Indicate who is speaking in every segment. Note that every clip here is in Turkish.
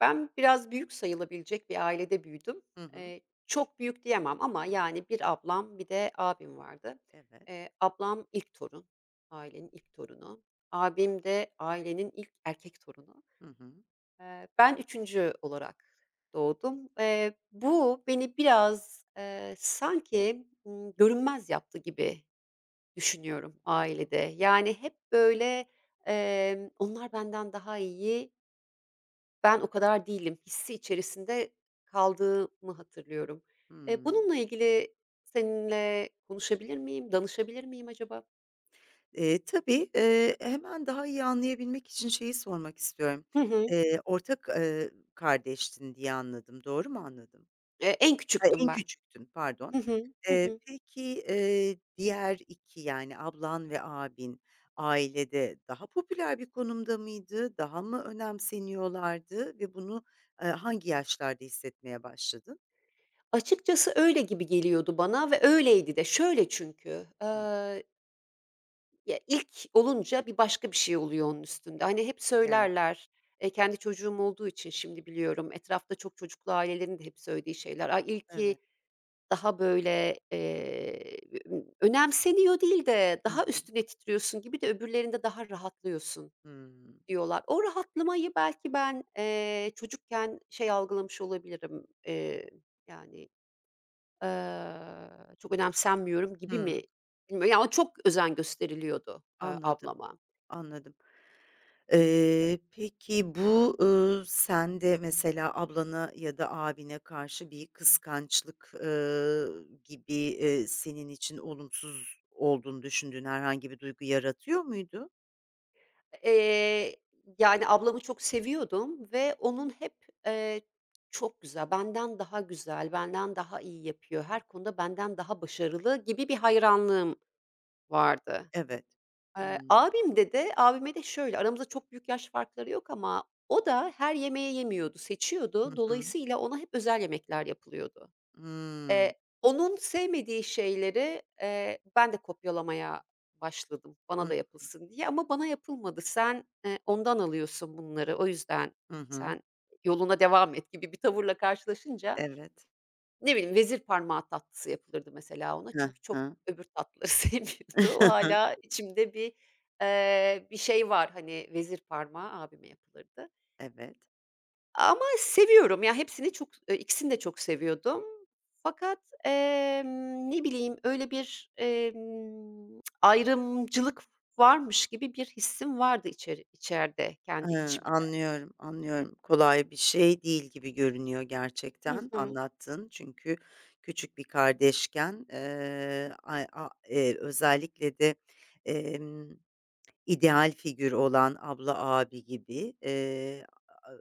Speaker 1: Ben biraz büyük sayılabilecek bir ailede büyüdüm.
Speaker 2: Hı hı.
Speaker 1: Çok büyük diyemem ama, yani, bir ablam, bir de abim vardı.
Speaker 2: Evet.
Speaker 1: Ablam ilk torun, ailenin ilk torunu. Abim de ailenin ilk erkek torunu.
Speaker 2: Hı hı.
Speaker 1: Ben üçüncü olarak doğdum. Bu beni biraz, sanki, görünmez yaptı gibi düşünüyorum
Speaker 2: Hı.
Speaker 1: ailede. Yani, hep böyle, "Onlar benden daha iyi, ben o kadar değilim" hissi içerisinde kaldığımı hatırlıyorum.
Speaker 2: Hımm.
Speaker 1: Bununla ilgili seninle konuşabilir miyim, danışabilir miyim acaba?
Speaker 2: Tabii, hemen daha iyi anlayabilmek için şeyi sormak istiyorum.
Speaker 1: Hı hı.
Speaker 2: Ortak, kardeştin diye anladım. Doğru mu anladım?
Speaker 1: En
Speaker 2: Ha,
Speaker 1: küçüktüm
Speaker 2: en
Speaker 1: ben.
Speaker 2: küçüktün,
Speaker 1: Hı
Speaker 2: pardon.
Speaker 1: hı. Hı hı.
Speaker 2: Peki, diğer 2 yani ablan ve abin ailede daha popüler bir konumda mıydı? Daha mı önemseniyorlardı ve bunu, hangi yaşlarda hissetmeye başladın?
Speaker 1: Açıkçası öyle gibi geliyordu bana ve öyleydi de. Şöyle çünkü,
Speaker 2: Hıı.
Speaker 1: ya, ilk olunca bir başka bir şey oluyor onun üstünde. Hani, hep
Speaker 2: Evet,
Speaker 1: söylerler, kendi çocuğum olduğu için şimdi biliyorum, etrafta çok çocuklu ailelerin de hep söylediği şeyler. "Ay, ilki
Speaker 2: evet.
Speaker 1: daha böyle, önemseniyor değil de
Speaker 2: Hı
Speaker 1: daha
Speaker 2: hı.
Speaker 1: üstüne titriyorsun gibi de öbürlerinde daha rahatlıyorsun"
Speaker 2: Hımm.
Speaker 1: diyorlar. O rahatlamayı belki ben, çocukken şey algılamış olabilirim, yani, eee, çok önemsenmiyorum gibi
Speaker 2: Hımm.
Speaker 1: mi bilmiyorum. Ya, çok özen gösteriliyordu,
Speaker 2: Anladım,
Speaker 1: ablama.
Speaker 2: anladım. Peki bu, sende mesela ablana ya da abine karşı bir kıskançlık, gibi, senin için olumsuz olduğunu düşündüğün herhangi bir duygu yaratıyor muydu?
Speaker 1: Eee, Yani, ablamı çok seviyordum ve onun hep, eee, "Çok güzel, benden daha güzel, benden daha iyi yapıyor, her konuda benden daha başarılı." gibi bir hayranlığım vardı.
Speaker 2: Evet. Hımm.
Speaker 1: Abimde de abime de şöyle, aramızda çok büyük yaş farkları yok ama o da her yemeği yemiyordu,
Speaker 2: Hı
Speaker 1: seçiyordu.
Speaker 2: hı.
Speaker 1: Dolayısıyla ona hep özel yemekler yapılıyordu.
Speaker 2: Hımm.
Speaker 1: Onun sevmediği şeyleri, ben de kopyalamaya başladım bana da
Speaker 2: Hı.
Speaker 1: yapılsın diye ama bana yapılmadı. "Sen, ondan alıyorsun bunları, o yüzden
Speaker 2: Hı hı.
Speaker 1: sen yoluna devam et." gibi bir tavırla karşılaşınca,
Speaker 2: Evet.
Speaker 1: ne bileyim, vezir parmağı tatlısı yapılırdı mesela ona
Speaker 2: Hı
Speaker 1: çünkü çok
Speaker 2: hı.
Speaker 1: öbür tatlıları sevmiyordu. O hala içimde bir, bir şey var, hani, vezir parmağı abime yapılırdı.
Speaker 2: Evet.
Speaker 1: Ama seviyorum. Ya, hepsini çok ikisini de çok seviyordum. Fakat, ne bileyim, öyle bir, ayrımcılık varmış gibi bir hissim vardı içeride, kendi
Speaker 2: Hıı,
Speaker 1: içimde.
Speaker 2: anlıyorum, anlıyorum. Kolay bir şey değil gibi görünüyor
Speaker 1: Hı
Speaker 2: gerçekten
Speaker 1: hı.
Speaker 2: anlattığın. Çünkü küçük bir kardeşken, ay a özellikle de, emm, ideal figür olan abla, abi gibi, aaa,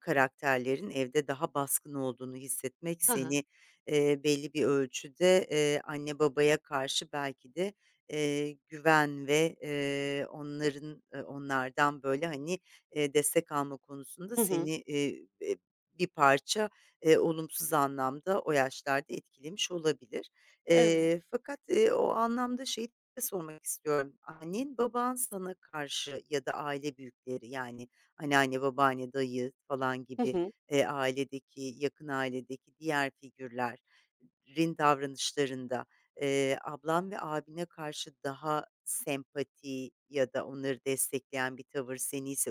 Speaker 2: karakterlerin evde daha baskın olduğunu hissetmek
Speaker 1: Hı hı.
Speaker 2: seni, belli bir ölçüde, anne babaya karşı belki de, güven ve, onların, onlardan, böyle, hani, destek alma konusunda
Speaker 1: Hı hı.
Speaker 2: seni, bir parça, olumsuz anlamda o yaşlarda etkilemiş olabilir.
Speaker 1: Evet.
Speaker 2: Fakat, o anlamda şeyi sormak istiyorum. Annen, baban sana karşı ya da aile büyükleri yani anneanne, babaanne, dayı falan
Speaker 1: Hı
Speaker 2: gibi,
Speaker 1: hı.
Speaker 2: ailedeki, yakın ailedeki diğer figürlerin davranışlarında, ablan ve abine karşı daha sempati ya da onları destekleyen bir tavır, seni ise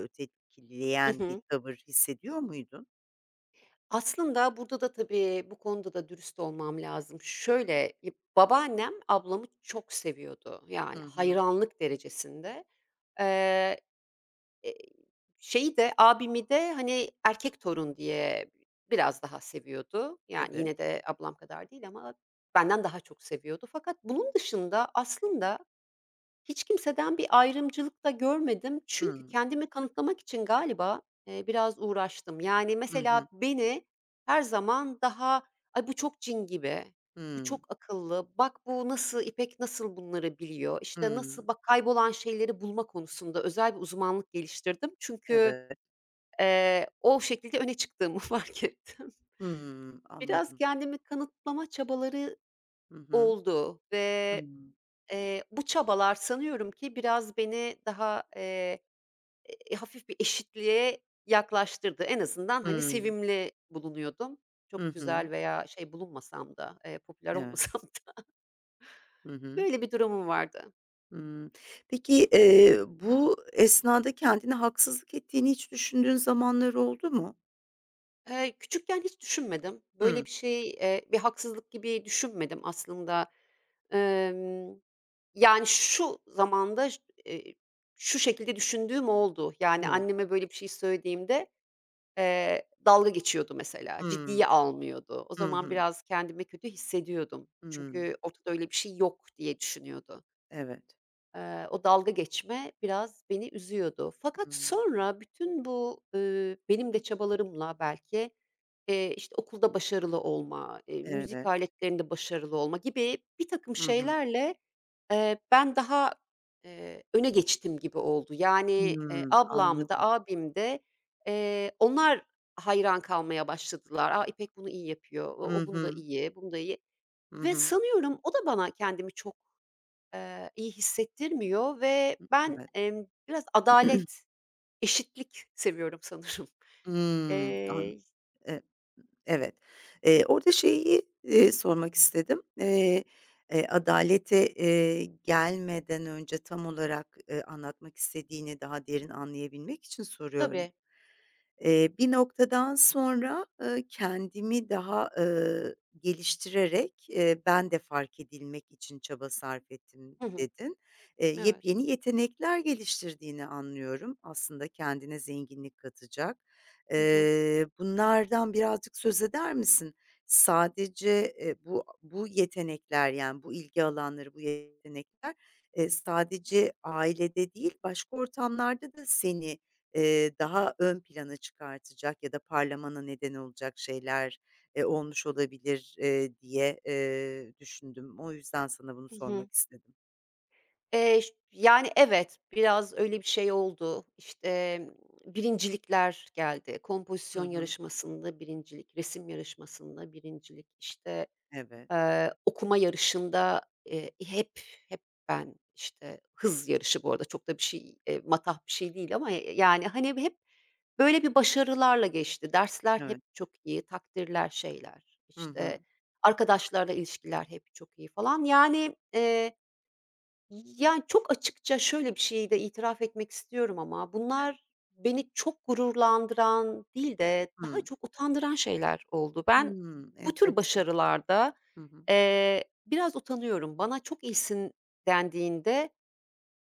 Speaker 1: Hı
Speaker 2: ötekileyen bir
Speaker 1: hı.
Speaker 2: tavır hissediyor muydun?
Speaker 1: Aslında burada da tabii bu konuda da dürüst olmam lazım. Şöyle, babaannem ablamı çok seviyordu. Yani
Speaker 2: Hı hı.
Speaker 1: hayranlık derecesinde. Eee Eee, Şeyi de, abimi de, hani, erkek torun diye biraz daha seviyordu. Yani
Speaker 2: Evet.
Speaker 1: yine de ablam kadar değil ama benden daha çok seviyordu. Fakat bunun dışında aslında hiç kimseden bir ayrımcılık da görmedim. Çünkü
Speaker 2: Hıı.
Speaker 1: kendimi kanıtlamak için galiba, biraz uğraştım. Yani,
Speaker 2: Hı
Speaker 1: mesela
Speaker 2: hı.
Speaker 1: beni her zaman daha, "Ay, bu çok cin gibi, bu
Speaker 2: Hıı.
Speaker 1: çok akıllı, bak bu nasıl, İpek nasıl bunları biliyor, işte,
Speaker 2: Hıı.
Speaker 1: nasıl bak kaybolan şeyleri bulma konusunda özel bir uzmanlık geliştirdim." Çünkü,
Speaker 2: Evet.
Speaker 1: o şekilde öne çıktığımı fark ettim.
Speaker 2: Hıı.
Speaker 1: Biraz
Speaker 2: Anladım.
Speaker 1: kendimi kanıtlama çabaları
Speaker 2: Hı hı.
Speaker 1: oldu
Speaker 2: Hıı.
Speaker 1: ve bu çabalar sanıyorum ki biraz beni daha, hafif bir eşitliğe yaklaştırdı. En azından, hani,
Speaker 2: Hımm.
Speaker 1: sevimli bulunuyordum.
Speaker 2: Hı
Speaker 1: Çok
Speaker 2: hı.
Speaker 1: güzel veya şey bulunmasam da, popüler
Speaker 2: Evet.
Speaker 1: olmasam da
Speaker 2: Hı hı.
Speaker 1: böyle bir durumum vardı.
Speaker 2: Hımm. Peki, bu esnada kendine haksızlık ettiğini hiç düşündüğün zamanlar oldu mu?
Speaker 1: Küçükken hiç düşünmedim. Böyle
Speaker 2: Hımm.
Speaker 1: bir şey, bir haksızlık gibi düşünmedim aslında. Emm, Yani, şu zamanda ş eee, şu şekilde düşündüğüm oldu. Yani,
Speaker 2: Evet.
Speaker 1: anneme böyle bir şey söylediğimde dalga geçiyordu mesela,
Speaker 2: Hımm.
Speaker 1: ciddiye almıyordu. O
Speaker 2: Hı
Speaker 1: zaman
Speaker 2: hı.
Speaker 1: biraz kendimi kötü hissediyordum.
Speaker 2: Hımm.
Speaker 1: Çünkü ortada öyle bir şey yok diye düşünüyordu.
Speaker 2: Evet.
Speaker 1: O dalga geçme biraz beni üzüyordu. Fakat
Speaker 2: Hımm.
Speaker 1: sonra bütün bu, benim de çabalarımla belki, işte, okulda başarılı olma, müzik
Speaker 2: Evet.
Speaker 1: aletlerinde başarılı olma gibi bir takım
Speaker 2: Hı hı.
Speaker 1: şeylerle, ben daha, öne geçtim gibi oldu. Yani,
Speaker 2: Hımm.
Speaker 1: ablam da
Speaker 2: Anladım.
Speaker 1: abim de, onlar hayran kalmaya başladılar. "A, İpek bunu iyi yapıyor, o
Speaker 2: Hı
Speaker 1: o bunda
Speaker 2: hı.
Speaker 1: iyi, bunda iyi."
Speaker 2: Hı
Speaker 1: Ve
Speaker 2: hı.
Speaker 1: sanıyorum o da bana kendimi çok iyi hissettirmiyor ve ben,
Speaker 2: Evet.
Speaker 1: biraz adalet, eşitlik seviyorum sanırım.
Speaker 2: Hımm. An
Speaker 1: Eee
Speaker 2: e Evet. Orada şeyi, sormak istedim. Adalete, gelmeden önce tam olarak, anlatmak istediğini daha derin anlayabilmek için soruyorum.
Speaker 1: Tabii.
Speaker 2: Bir noktadan sonra, kendimi daha, geliştirerek, "Ben de fark edilmek için çaba sarf ettim."
Speaker 1: Hı hı.
Speaker 2: dedin.
Speaker 1: Evet.
Speaker 2: Yepyeni yetenekler geliştirdiğini anlıyorum. Aslında kendine zenginlik katacak.
Speaker 1: Hı hı.
Speaker 2: Bunlardan birazcık söz eder misin? Sadece, bu yetenekler, yani, bu ilgi alanları, bu yetenekler, sadece ailede değil başka ortamlarda da seni, daha ön plana çıkartacak ya da parlamana neden olacak şeyler, olmuş olabilir, diye, düşündüm. O yüzden sana bunu
Speaker 1: Hı hı.
Speaker 2: sormak istedim.
Speaker 1: Ş yani, evet, biraz öyle bir şey oldu. İşte, birincilikler geldi.
Speaker 2: Hı
Speaker 1: Kompozisyon
Speaker 2: hı.
Speaker 1: yarışmasında birincilik, resim yarışmasında birincilik, işte
Speaker 2: Evet,
Speaker 1: Okuma yarışında, hep ben, işte, hız yarışı bu arada çok da bir şey, matah bir şey değil ama, yani, hani, hep böyle bir başarılarla geçti. Dersler hep
Speaker 2: evet.
Speaker 1: çok iyi, takdirler, şeyler,
Speaker 2: Hı
Speaker 1: işte,
Speaker 2: hı.
Speaker 1: arkadaşlarla ilişkiler hep çok iyi falan. Yani, çok açıkça şöyle bir şeyi de itiraf etmek istiyorum ama
Speaker 2: Evet.
Speaker 1: bunlar beni çok gururlandıran değil de daha
Speaker 2: Hımm.
Speaker 1: çok utandıran şeyler oldu. Ben
Speaker 2: Hımm.
Speaker 1: bu tür
Speaker 2: Enteresan.
Speaker 1: başarılarda,
Speaker 2: Hı hı.
Speaker 1: biraz utanıyorum. Bana "Çok iyisin." dendiğinde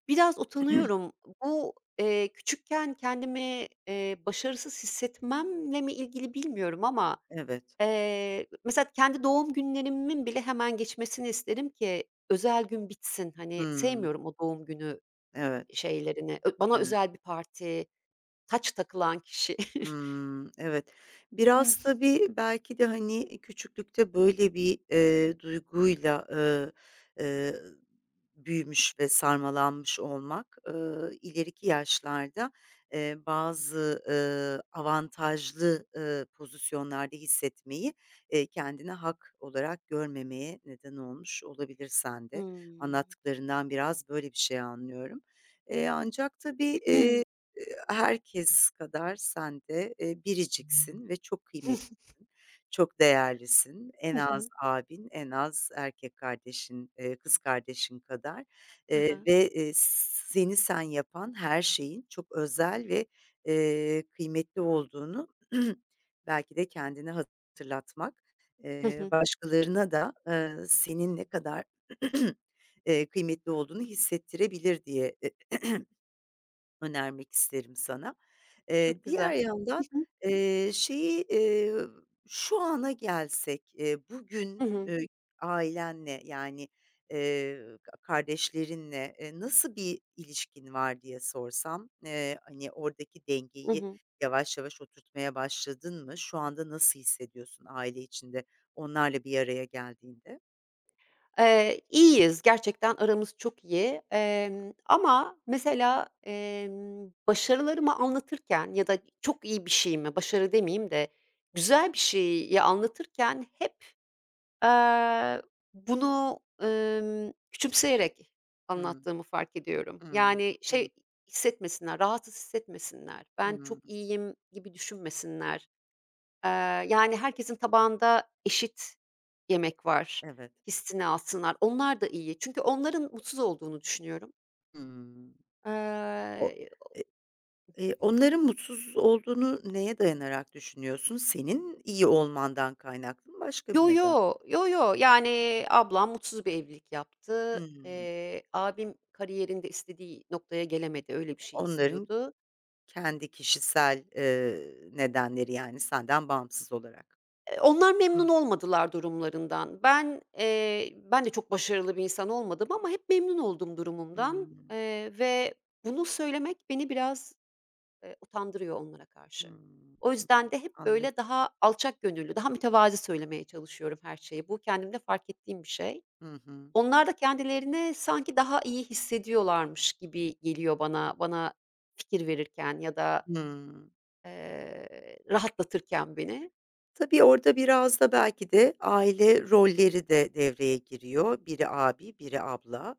Speaker 1: biraz utanıyorum. Bu, küçükken kendimi, başarısız hissetmemle mi ilgili bilmiyorum ama
Speaker 2: Evet.
Speaker 1: Mesela kendi doğum günlerimin bile hemen geçmesini isterim ki özel gün bitsin. Hani,
Speaker 2: Hımm.
Speaker 1: sevmiyorum o doğum günü
Speaker 2: Evet,
Speaker 1: şeylerini. Bana
Speaker 2: evet.
Speaker 1: özel bir parti, taç takılan kişi.
Speaker 2: Hımm, evet.
Speaker 1: Ih
Speaker 2: Biraz tabii belki de, hani, küçüklükte böyle bir, duyguyla, eee, büyümüş ve sarmalanmış olmak, ileriki yaşlarda, bazı, avantajlı, pozisyonlarda hissetmeyi, kendine hak olarak görmemeye neden olmuş olabilir sende. Anlattıklarından biraz böyle bir şey anlıyorum. Eee, ancak tabii,
Speaker 1: Hı hı.
Speaker 2: eee Herkes kadar sen de, biriciksin ve çok kıymetlisin, çok değerlisin. En
Speaker 1: Hı
Speaker 2: az
Speaker 1: hı.
Speaker 2: abin, en az erkek kardeşin, kız kardeşin kadar,
Speaker 1: Aha.
Speaker 2: ve, seni sen yapan her şeyin çok özel ve, kıymetli olduğunu belki de kendine hatırlatmak,
Speaker 1: Hı hı.
Speaker 2: başkalarına da, senin ne kadar, kıymetli olduğunu hissettirebilir diye önermek isterim sana.
Speaker 1: Çok
Speaker 2: Diğer
Speaker 1: güzel. Hı
Speaker 2: yandan,
Speaker 1: hı.
Speaker 2: eee, şeyi, eee, şu ana gelsek,
Speaker 1: Hı
Speaker 2: bugün,
Speaker 1: hı.
Speaker 2: ailenle yani, ka kardeşlerinle, nasıl bir ilişkin var diye sorsam, hani, oradaki
Speaker 1: Hı
Speaker 2: dengeyi
Speaker 1: hı.
Speaker 2: yavaş yavaş oturtmaya başladın mı? Şu anda nasıl hissediyorsun aile içinde onlarla bir araya geldiğinde?
Speaker 1: İyiyiz, gerçekten aramız çok iyi. Ama mesela, başarılarımı anlatırken ya da çok iyi bir şeyimi, başarı demeyeyim de güzel bir şeyi anlatırken hep, eee, bunu, küçümseyerek
Speaker 2: Hımm.
Speaker 1: anlattığımı fark ediyorum.
Speaker 2: Hımm.
Speaker 1: Yani,
Speaker 2: Hı.
Speaker 1: şey hissetmesinler, rahatsız hissetmesinler, ben
Speaker 2: Hımm.
Speaker 1: çok iyiyim gibi düşünmesinler. Eee, Yani, herkesin tabağında eşit yemek var
Speaker 2: Evet.
Speaker 1: hissini alsınlar. Onlar da iyi. Çünkü onların mutsuz olduğunu düşünüyorum.
Speaker 2: Hımm. O
Speaker 1: Eee,
Speaker 2: Onların mutsuz olduğunu neye dayanarak düşünüyorsun? Senin iyi olmandan kaynaklı mı başka bir
Speaker 1: Yo,
Speaker 2: neden?
Speaker 1: yo, yo, yo. Yani, ablam mutsuz bir evlilik yaptı.
Speaker 2: Hımm.
Speaker 1: Abim kariyerinde istediği noktaya gelemedi. Öyle bir şey
Speaker 2: Onların
Speaker 1: istiyordu.
Speaker 2: kendi kişisel, nedenleri, yani, senden bağımsız olarak.
Speaker 1: Onlar
Speaker 2: Hı hı.
Speaker 1: memnun olmadılar durumlarından. Ben, ben de çok başarılı bir insan olmadım ama hep memnun oldum durumumdan,
Speaker 2: Hımm.
Speaker 1: ve bunu söylemek beni biraz utandırıyor onlara karşı.
Speaker 2: Hımm.
Speaker 1: O yüzden de hep
Speaker 2: Anlıyorum.
Speaker 1: böyle daha alçak gönüllü, daha mütevazi söylemeye çalışıyorum her şeyi. Bu kendimde fark ettiğim bir şey.
Speaker 2: Hı hı.
Speaker 1: Onlar da kendilerini sanki daha iyi hissediyorlarmış gibi geliyor bana, bana fikir verirken ya da,
Speaker 2: Hıı.
Speaker 1: rahatlatırken beni.
Speaker 2: Tabii orada biraz da belki de aile rolleri de devreye giriyor. Biri abi, biri abla.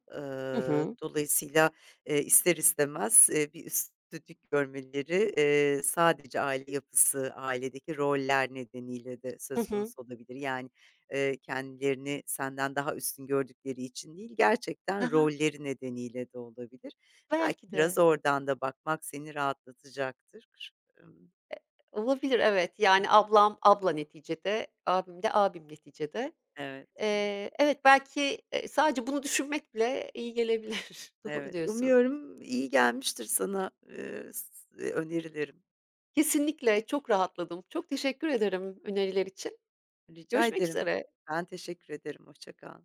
Speaker 1: Hı hı.
Speaker 2: Dolayısıyla, ister istemez, bir üstlük görmeleri, sadece aile yapısı, ailedeki roller nedeniyle de
Speaker 1: Hı
Speaker 2: söz
Speaker 1: hı.
Speaker 2: konusu olabilir. Yani, kendilerini senden daha üstün gördükleri için değil,
Speaker 1: Hı
Speaker 2: gerçekten
Speaker 1: hı.
Speaker 2: rolleri nedeniyle de olabilir. Belki
Speaker 1: Belki
Speaker 2: biraz
Speaker 1: de.
Speaker 2: oradan da bakmak seni rahatlatacaktır. Imm,
Speaker 1: Olabilir, evet.
Speaker 2: hı
Speaker 1: Yani ablam abla neticede, abim de abim neticede.
Speaker 2: evet.
Speaker 1: Evet, belki, sadece bunu düşünmek bile iyi gelebilir. Doğru
Speaker 2: Evet,
Speaker 1: diyorsun.
Speaker 2: umuyorum iyi gelmiştir sana, önerilerim.
Speaker 1: Kesinlikle çok rahatladım. Çok teşekkür ederim öneriler için.
Speaker 2: Rica
Speaker 1: Görüşmek
Speaker 2: ederim.
Speaker 1: üzere.
Speaker 2: Ben teşekkür ederim. Hoşça kal.